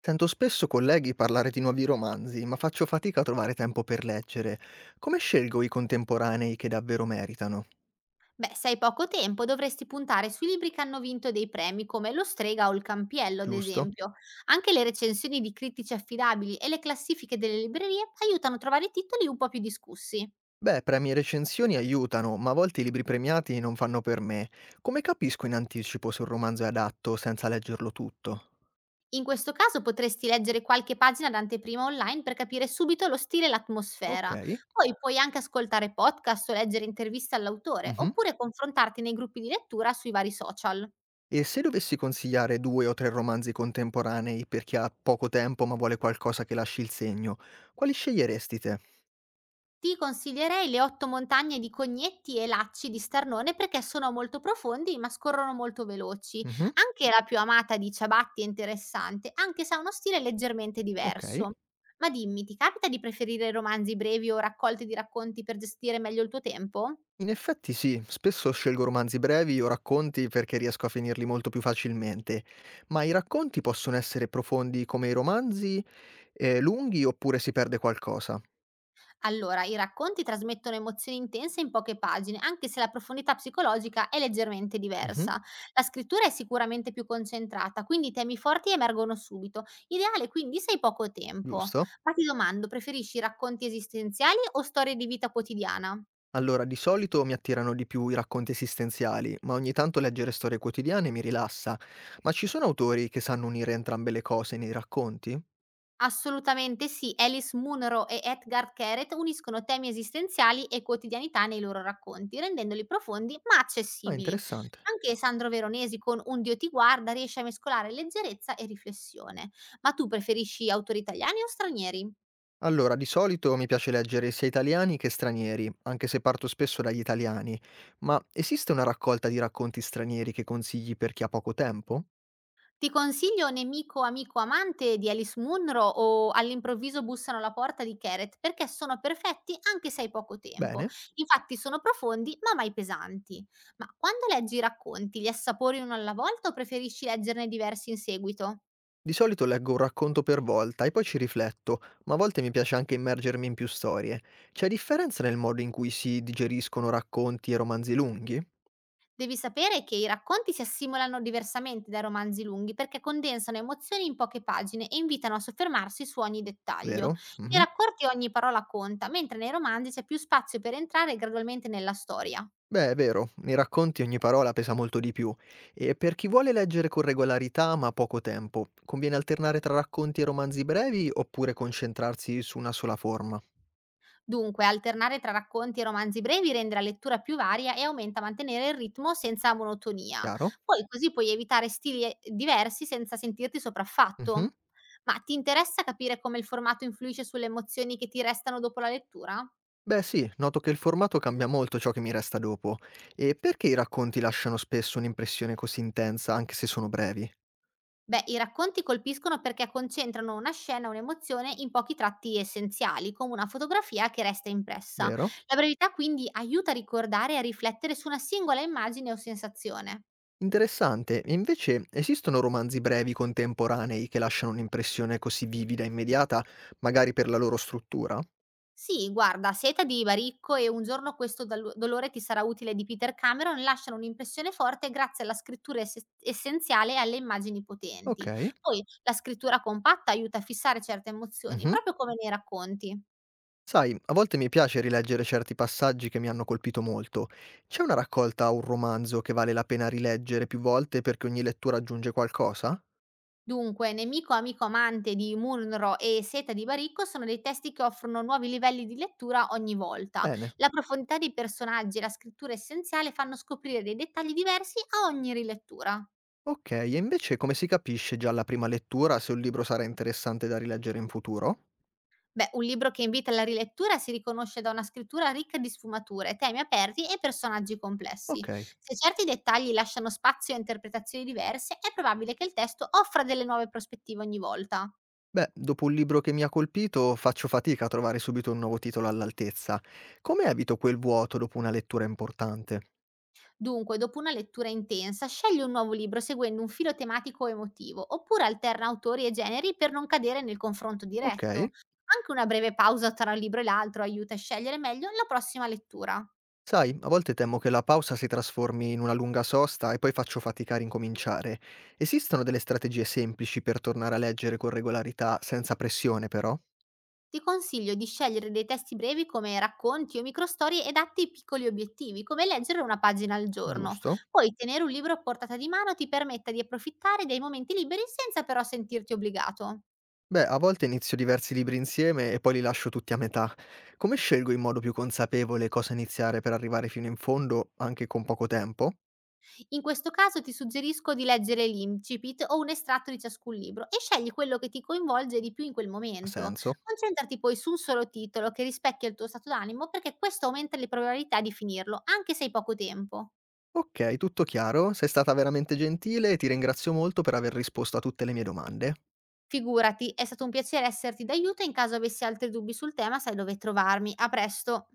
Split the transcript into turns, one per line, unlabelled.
Sento spesso colleghi parlare di nuovi romanzi, ma faccio fatica a trovare tempo per leggere. Come scelgo i contemporanei che davvero meritano?
Beh, se hai poco tempo dovresti puntare sui libri che hanno vinto dei premi, come Lo Strega o Il Campiello, ad
Giusto?
esempio. Anche le recensioni di critici affidabili e le classifiche delle librerie aiutano a trovare titoli un po' più discussi.
Beh, premi e recensioni aiutano, ma a volte i libri premiati non fanno per me. Come capisco in anticipo se un romanzo è adatto senza leggerlo tutto?
In questo caso potresti leggere qualche pagina d'anteprima online per capire subito lo stile e
Ok.
l'atmosfera. Poi puoi anche ascoltare podcast o leggere interviste all'autore,
Mhm.
oppure confrontarti nei gruppi di lettura sui vari social.
E se dovessi consigliare due o tre romanzi contemporanei per chi ha poco tempo ma vuole qualcosa che lasci il segno, quali sceglieresti te?
Ti consiglierei le 8 montagne di Cognetti e Lacci di Starnone perché sono molto profondi ma scorrono molto veloci.
Mhm.
Anche la più amata di Ciabatti è interessante, anche se ha uno stile leggermente
Ok.
diverso. Ma dimmi, ti capita di preferire romanzi brevi o raccolte di racconti per gestire meglio il tuo tempo?
In effetti sì, spesso scelgo romanzi brevi o racconti perché riesco a finirli molto più facilmente, ma i racconti possono essere profondi come i romanzi, lunghi, oppure si perde qualcosa.
Allora, i racconti trasmettono emozioni intense in poche pagine, anche se la profondità psicologica è leggermente
Mhm.
diversa. La scrittura è sicuramente più concentrata, quindi i temi forti emergono subito. Ideale quindi se hai poco tempo.
Giusto?
Ma ti domando, preferisci racconti esistenziali o storie di vita quotidiana?
Allora, di solito mi attirano di più i racconti esistenziali, ma ogni tanto leggere storie quotidiane mi rilassa. Ma ci sono autori che sanno unire entrambe le cose nei racconti?
Assolutamente sì. Alice Munro e Edgar Keret uniscono temi esistenziali e quotidianità nei loro racconti, rendendoli profondi ma
Ah,
accessibili.
interessante.
Anche Sandro Veronesi con Un Dio ti guarda riesce a mescolare leggerezza e riflessione. Ma tu preferisci autori italiani o stranieri?
Allora, di solito mi piace leggere sia italiani che stranieri, anche se parto spesso dagli italiani, ma esiste una raccolta di racconti stranieri che consigli per chi ha poco tempo?
Ti consiglio Nemico, amico, amante di Alice Munro o All'improvviso bussano alla porta di Kereth, perché sono perfetti anche se hai poco tempo.
Bene.
Infatti sono profondi ma mai pesanti. Ma quando leggi i racconti, li assapori uno alla volta o preferisci leggerne diversi in seguito?
Di solito leggo un racconto per volta e poi ci rifletto, ma a volte mi piace anche immergermi in più storie. C'è differenza nel modo in cui si digeriscono racconti e romanzi lunghi,
Devi sapere che i racconti si assimilano diversamente dai romanzi lunghi perché condensano emozioni in poche pagine e invitano a soffermarsi su ogni dettaglio.
vero?
Nei
Mhm.
racconti ogni parola conta, mentre nei romanzi c'è più spazio per entrare gradualmente nella storia.
Beh, è vero, nei racconti ogni parola pesa molto di più, e per chi vuole leggere con regolarità ma poco tempo, conviene alternare tra racconti e romanzi brevi oppure concentrarsi su una sola forma,
Dunque, alternare tra racconti e romanzi brevi rende la lettura più varia e aumenta a mantenere il ritmo senza monotonia.
chiaro?
Poi così puoi evitare stili diversi senza sentirti
Mhm.
sopraffatto. Ma ti interessa capire come il formato influisce sulle emozioni che ti restano dopo la lettura?
Beh sì, noto che il formato cambia molto ciò che mi resta dopo. E perché i racconti lasciano spesso un'impressione così intensa anche se sono brevi,
Beh, i racconti colpiscono perché concentrano una scena, un'emozione in pochi tratti essenziali, come una fotografia che resta impressa.
vero?
La brevità quindi aiuta a ricordare e a riflettere su una singola immagine o sensazione.
Interessante, e invece esistono romanzi brevi contemporanei che lasciano un'impressione così vivida e immediata, magari per la loro struttura?
Sì, guarda, Seta di Baricco e Un giorno questo dolore ti sarà utile di Peter Cameron lasciano un'impressione forte grazie alla scrittura essenziale e alle immagini potenti.
Ok.
Poi la scrittura compatta aiuta a fissare certe emozioni,
Mhm.
proprio come nei racconti.
Sai, a volte mi piace rileggere certi passaggi che mi hanno colpito molto. C'è una raccolta o un romanzo che vale la pena rileggere più volte perché ogni lettura aggiunge qualcosa?
Dunque, Nemico, amico, amante di Munro e Seta di Baricco sono dei testi che offrono nuovi livelli di lettura ogni volta.
Bene.
La profondità dei personaggi e la scrittura essenziale fanno scoprire dei dettagli diversi a ogni rilettura.
Ok, e invece come si capisce già alla prima lettura se un libro sarà interessante da rileggere in futuro?
Beh, un libro che invita alla rilettura si riconosce da una scrittura ricca di sfumature, temi aperti e personaggi complessi.
Ok.
Se certi dettagli lasciano spazio a interpretazioni diverse, è probabile che il testo offra delle nuove prospettive ogni volta.
Beh, dopo un libro che mi ha colpito faccio fatica a trovare subito un nuovo titolo all'altezza. Come evito quel vuoto dopo una lettura importante?
Dunque, dopo una lettura intensa, scegli un nuovo libro seguendo un filo tematico o emotivo, oppure alterna autori e generi per non cadere nel confronto diretto.
Ok.
Anche una breve pausa tra un libro e l'altro aiuta a scegliere meglio la prossima lettura.
Sai, a volte temo che la pausa si trasformi in una lunga sosta e poi faccio fatica a ricominciare. Esistono delle strategie semplici per tornare a leggere con regolarità, senza pressione però?
Ti consiglio di scegliere dei testi brevi come racconti o microstorie adatti ai piccoli obiettivi, come leggere una pagina al giorno.
Giusto?
Poi tenere un libro a portata di mano ti permetta di approfittare dei momenti liberi senza però sentirti obbligato.
Beh, a volte inizio diversi libri insieme e poi li lascio tutti a metà. Come scelgo in modo più consapevole cosa iniziare per arrivare fino in fondo, anche con poco tempo?
In questo caso ti suggerisco di leggere l'incipit o un estratto di ciascun libro e scegli quello che ti coinvolge di più in quel
Ha
momento.
senso?
Concentrati poi su un solo titolo che rispecchia il tuo stato d'animo perché questo aumenta le probabilità di finirlo, anche se hai poco tempo.
Ok, tutto chiaro, sei stata veramente gentile e ti ringrazio molto per aver risposto a tutte le mie domande.
Figurati, è stato un piacere esserti d'aiuto e in caso avessi altri dubbi sul tema sai dove trovarmi. A presto.